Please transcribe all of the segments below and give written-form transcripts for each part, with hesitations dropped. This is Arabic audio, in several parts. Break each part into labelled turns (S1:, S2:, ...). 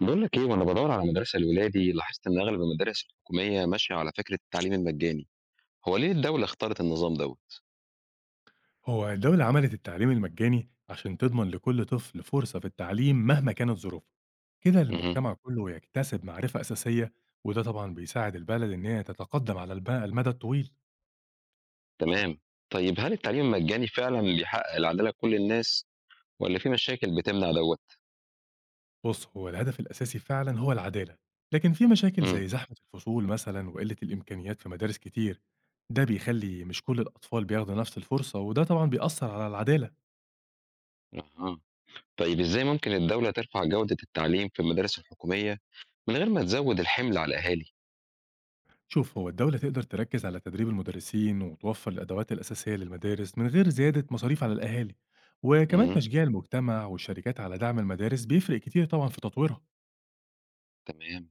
S1: بقول لك ايه، وانا بدور على مدرسه لولادي لاحظت ان اغلب المدارس الحكوميه ماشيه على فكره التعليم المجاني. هو ليه الدوله اختارت النظام دوت؟
S2: هو الدولة عملت التعليم المجاني عشان تضمن لكل طفل فرصة في التعليم مهما كانت ظروفه. كده
S1: اها.
S2: المجتمع كله يكتسب معرفة أساسية. وده طبعا بيساعد البلد إن هي تتقدم على المدى الطويل.
S1: تمام. طيب هل التعليم المجاني فعلا بيحقق العداله لكل الناس ولا في مشاكل بتمنع دوت؟
S2: بص، هو الهدف الأساسي فعلا هو العدالة، لكن في مشاكل
S1: امم
S2: زي زحمة الفصول مثلا وقلة الإمكانيات في مدارس كتير. ده بيخلي مش كل الأطفال بياخدوا نفس الفرصة، وده طبعا بيأثر على العدالة.
S1: اها. طيب ازاي ممكن الدوله ترفع جوده التعليم في المدارس الحكوميه من غير ما تزود الحمل على الاهالي؟
S2: شوف، هو الدولة تقدر تركز على تدريب المدرسين وتوفر الأدوات الأساسية للمدارس من غير زيادة مصاريف على الأهالي. وكمان
S1: امم
S2: تشجيع المجتمع والشركات على دعم المدارس بيفرق كتير طبعا في تطويرها.
S1: تمام.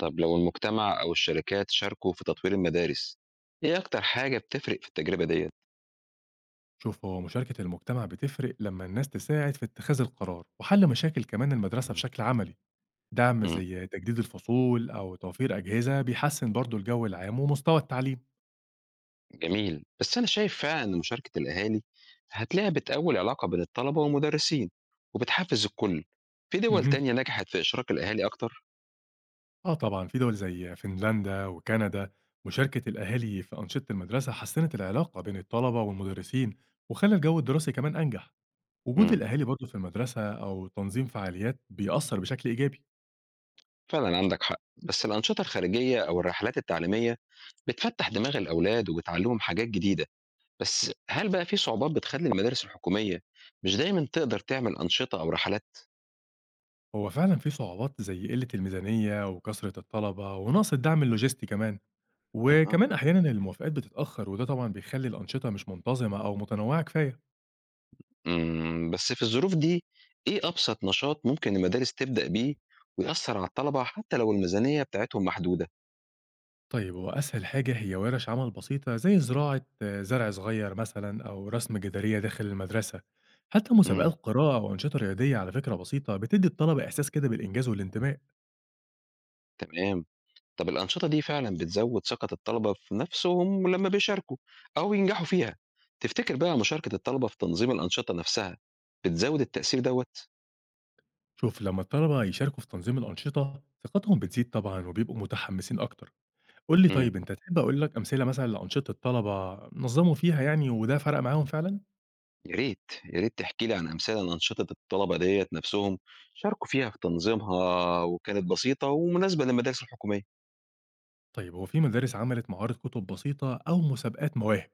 S1: طب لو المجتمع او الشركات شاركوا في تطوير المدارس، ايه اكتر حاجه بتفرق في التجربه ديت؟
S2: شوف، هو مشاركة المجتمع بتفرق لما الناس تساعد في اتخاذ القرار وحل مشاكل كمان المدرسة بشكل عملي. دعم
S1: امم
S2: زي تجديد الفصول أو توفير أجهزة بيحسن برضو الجو العام ومستوى التعليم.
S1: جميل. بس أنا شايف فعلا إن مشاركة الأهالي هتلاقيها بتقوي العلاقة بين الطلبة والمدرسين وبتحفز الكل. في دول
S2: مهم.
S1: تانية نجحت في إشراك الأهالي أكتر؟
S2: آه طبعًا، في دول زي فنلندا وكندا مشاركة الأهالي في أنشطة المدرسة حسّنت العلاقة بين الطلبة والمدرسين، وخلّى الجو الدراسي كمان أنجح.
S1: مم.
S2: وجود الأهالي برضه في المدرسة أو تنظيم فعاليات بيأثّر بشكل إيجابي.
S1: فعلا عندك حق، بس الأنشطة الخارجية أو الرحلات التعليمية بتفتح دماغ الأولاد وبتعلمهم حاجات جديدة. بس هل بقى في صعوبات بتخلي المدارس الحكومية مش دايما تقدر تعمل أنشطة أو رحلات؟
S2: هو فعلًا في صعوبات زي قِلّة الميزانية وكثرة الطلبة ونقص الدعم اللوجستي كمان،
S1: أها.
S2: وكمان أحيانًا الموافقات بتتأخّر، وده طبعًا بيخلّي الأنشطة مش منتظمة أو متنوعة كفاية.
S1: بس في الظروف دي إيه أبسط نشاط ممكن المدارس تبدأ بيه ويأثر على الطلبة حتى لو الميزانية بتاعتهم محدودة؟
S2: طيب، هو أسهل حاجة هي ورش عمل بسيطة زي زراعة زرع صغير مثلا، أو رسم جدارية داخل المدرسة، حتى
S1: إمم،
S2: مسابقات قراءة وأنشطة رياضية على فكرة بسيطة بتدي الطلبة إحساس كده بالإنجاز والانتماء.
S1: تمام. طَب الأنشطة دي فعلًا بتزوّد ثقة الطلبة في نَفْسهم لمّا بيشاركوا أو ينجحوا فيها. تفتكر بقى مشاركة الطلبة في تنظيم الأنشطة نَفْسها بتزوّد التأثير دوّة؟
S2: شوف، لما الطلبة يشاركوا في تنظيم الأنشطة ثقتهم بتزيد طبعا، وبيبقوا متحمسين أكتر. قول لي،
S1: إمم،
S2: طيب أنت تحب أقول لك أمثلة مثلا لأنشطة الطلبة نظموا فيها يعني وده فرق معاهم فعلا؟
S1: يا ريت، يا ريت تحكي لي عن أمثلة لأنشطة الطلبة ديّة نَفْسهم شاركوا فيها في تنظيمها وكانت بسيطة ومناسبة للمدارس الحكومية.
S2: طيب، هو في مدارس عملت معارض كتب بسيطة أو مسابقات مواهب،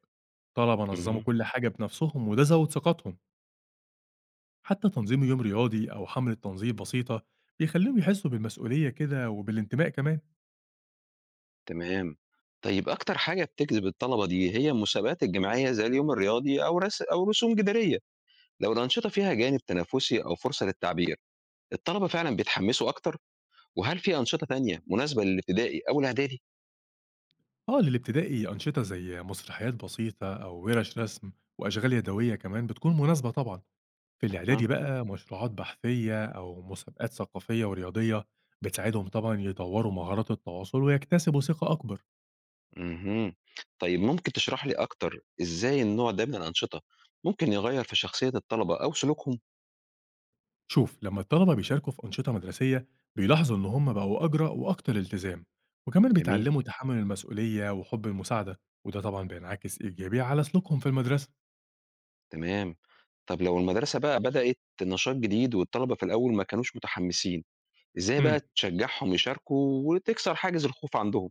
S2: طلبة نظموا
S1: اهم.
S2: كل حاجة بنفسهم وده زود ثقتهم. حتى تنظيم يوم رياضي أو حملة تنظيف بسيطة بيخليهم يحسوا بالمسؤولية كده وبالانتماء كمان.
S1: تمام. طيب أكتر حاجة بتجذب الطلبة دي هي المسابقات الجماعية زي اليوم الرياضي أو رسوم جدارية، لو الأنشطة فيها جانب تنافسي أو فرصة للتعبير الطلبة فعلًا بيتحمّسوا أكتر. وهل في أنشطة تانية مناسبة للابتدائي أو الإعدادي؟
S2: آه، للابتدائي أنشطة زي مسرحيات بسيطة أو ورش رسم وأشغال يدوية كمان بتكون مناسبة طبعا. في
S1: أها.
S2: الإعدادي بقى مشروعات بحثية أو مسابقات ثقافية ورياضية بتساعدهم طبعا يطوروا مهارات التواصل ويكتسبوا ثقة أكبر.
S1: اهم. طيب ممكن تشرح لي أكتر إزاي النوع ده من الأنشطة ممكن يغيّر في شخصية الطلبة أو سلوكهم؟
S2: شوف، لما الطلبة بيشاركوا في أنشطة مدرسية بيلاحظوا إن هم بقوا أجرى وأكتر التزام، وكمان
S1: جميل.
S2: بيتعلموا تحمل المسؤولية وحب المساعدة. وده طبعا بينعكس إيجابي على سلوكهم في المدرسة.
S1: تمام. طب لو المدرسة بقى بدأت نشاط جديد والطلبة في الأول ما كانوش متحمّسين، إزاي بقى
S2: امم
S1: تشجّعهم يشاركوا وتكسر حاجز الخوف عندهم؟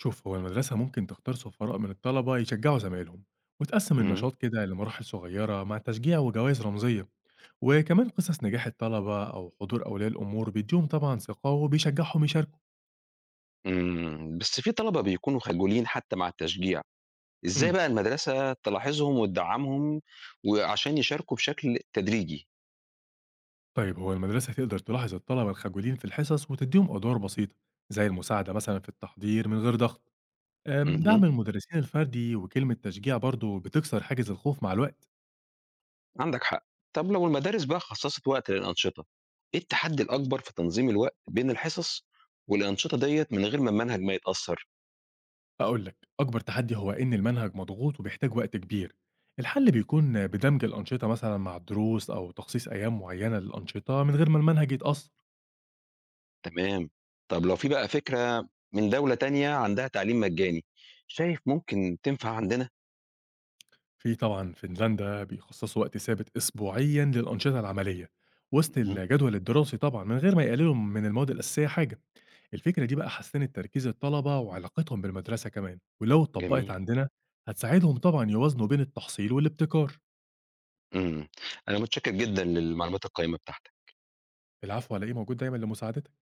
S2: شوف، هو المدرسة ممكن تختار سفراء من الطلبة يشجعوا زمايلهم، وتقسم
S1: إمم.
S2: النشاط كده لمراحل صغيرة مع تشجيع وجوائز رمزية. وكمان قصص نجاح الطلبة أو حضور أولياء الأمور بيديهم طبعا ثقة وبيشجعهم يشاركوا.
S1: إمم. بس في طلبة بيكونوا خجولين حتى مع التشجيع. إزاي
S2: امم
S1: بقى المدرسة تلاحظهم وتدعمهم وعشان يشاركوا بشكل تدريجي؟
S2: طيب، هو المدرسة تقدر تلاحظ الطلبة الخجولين في الحصص وتديهم أدوار بسيطة زي المساعدة مثلا في التحضير من غير ضغط.
S1: اهم.
S2: دعم المدرسين الفردي وكلمة تشجيع برضه بتكسر حاجز الخوف مع الوقت.
S1: عندك حق. طب لو المدارس بقى خصصت وقت للأنشطة، إيه التحدي الأكبر في تنظيم الوقت بين الحصص والأنشطة ديّة من غير ما المنهج ما يتأثر؟
S2: أقول لك، أكبر تحدي هو إن المنهج مضغوط وبيحتاج وقت كبير. الحل بيكون
S1: مم.
S2: بدمج الأنشطة مثلا مع الدروس، أو تخصيص أيام معينة للأنشطة من غير ما المنهج يتأثر.
S1: تمام. طب لو في بقى فكرة من دولة تانية عندها تعليم مجاني، شايف ممكن تنفع عندنا؟
S2: في طبعًا فنلندا بيخصصوا وقت ثابت أسبوعيًا للأنشطة العملية، وسط
S1: مهم.
S2: الجدول الدراسي طبعًا، من غير ما يقللوا من المواد الأساسية حاجة. الفكرة دي بقى حسّنت تركيز الطلبة وعلاقتهم بالمدرسة كمان، ولو اتطبقت
S1: جميل.
S2: عندنا هتساعدهم طبعًا يوازنوا بين التحصيل والابتكار.
S1: إمم. أنا متشكر جدًا للمعلومات القيّمة بتاعتك.
S2: العفو على إيه، موجود دايمًا لمساعدتك.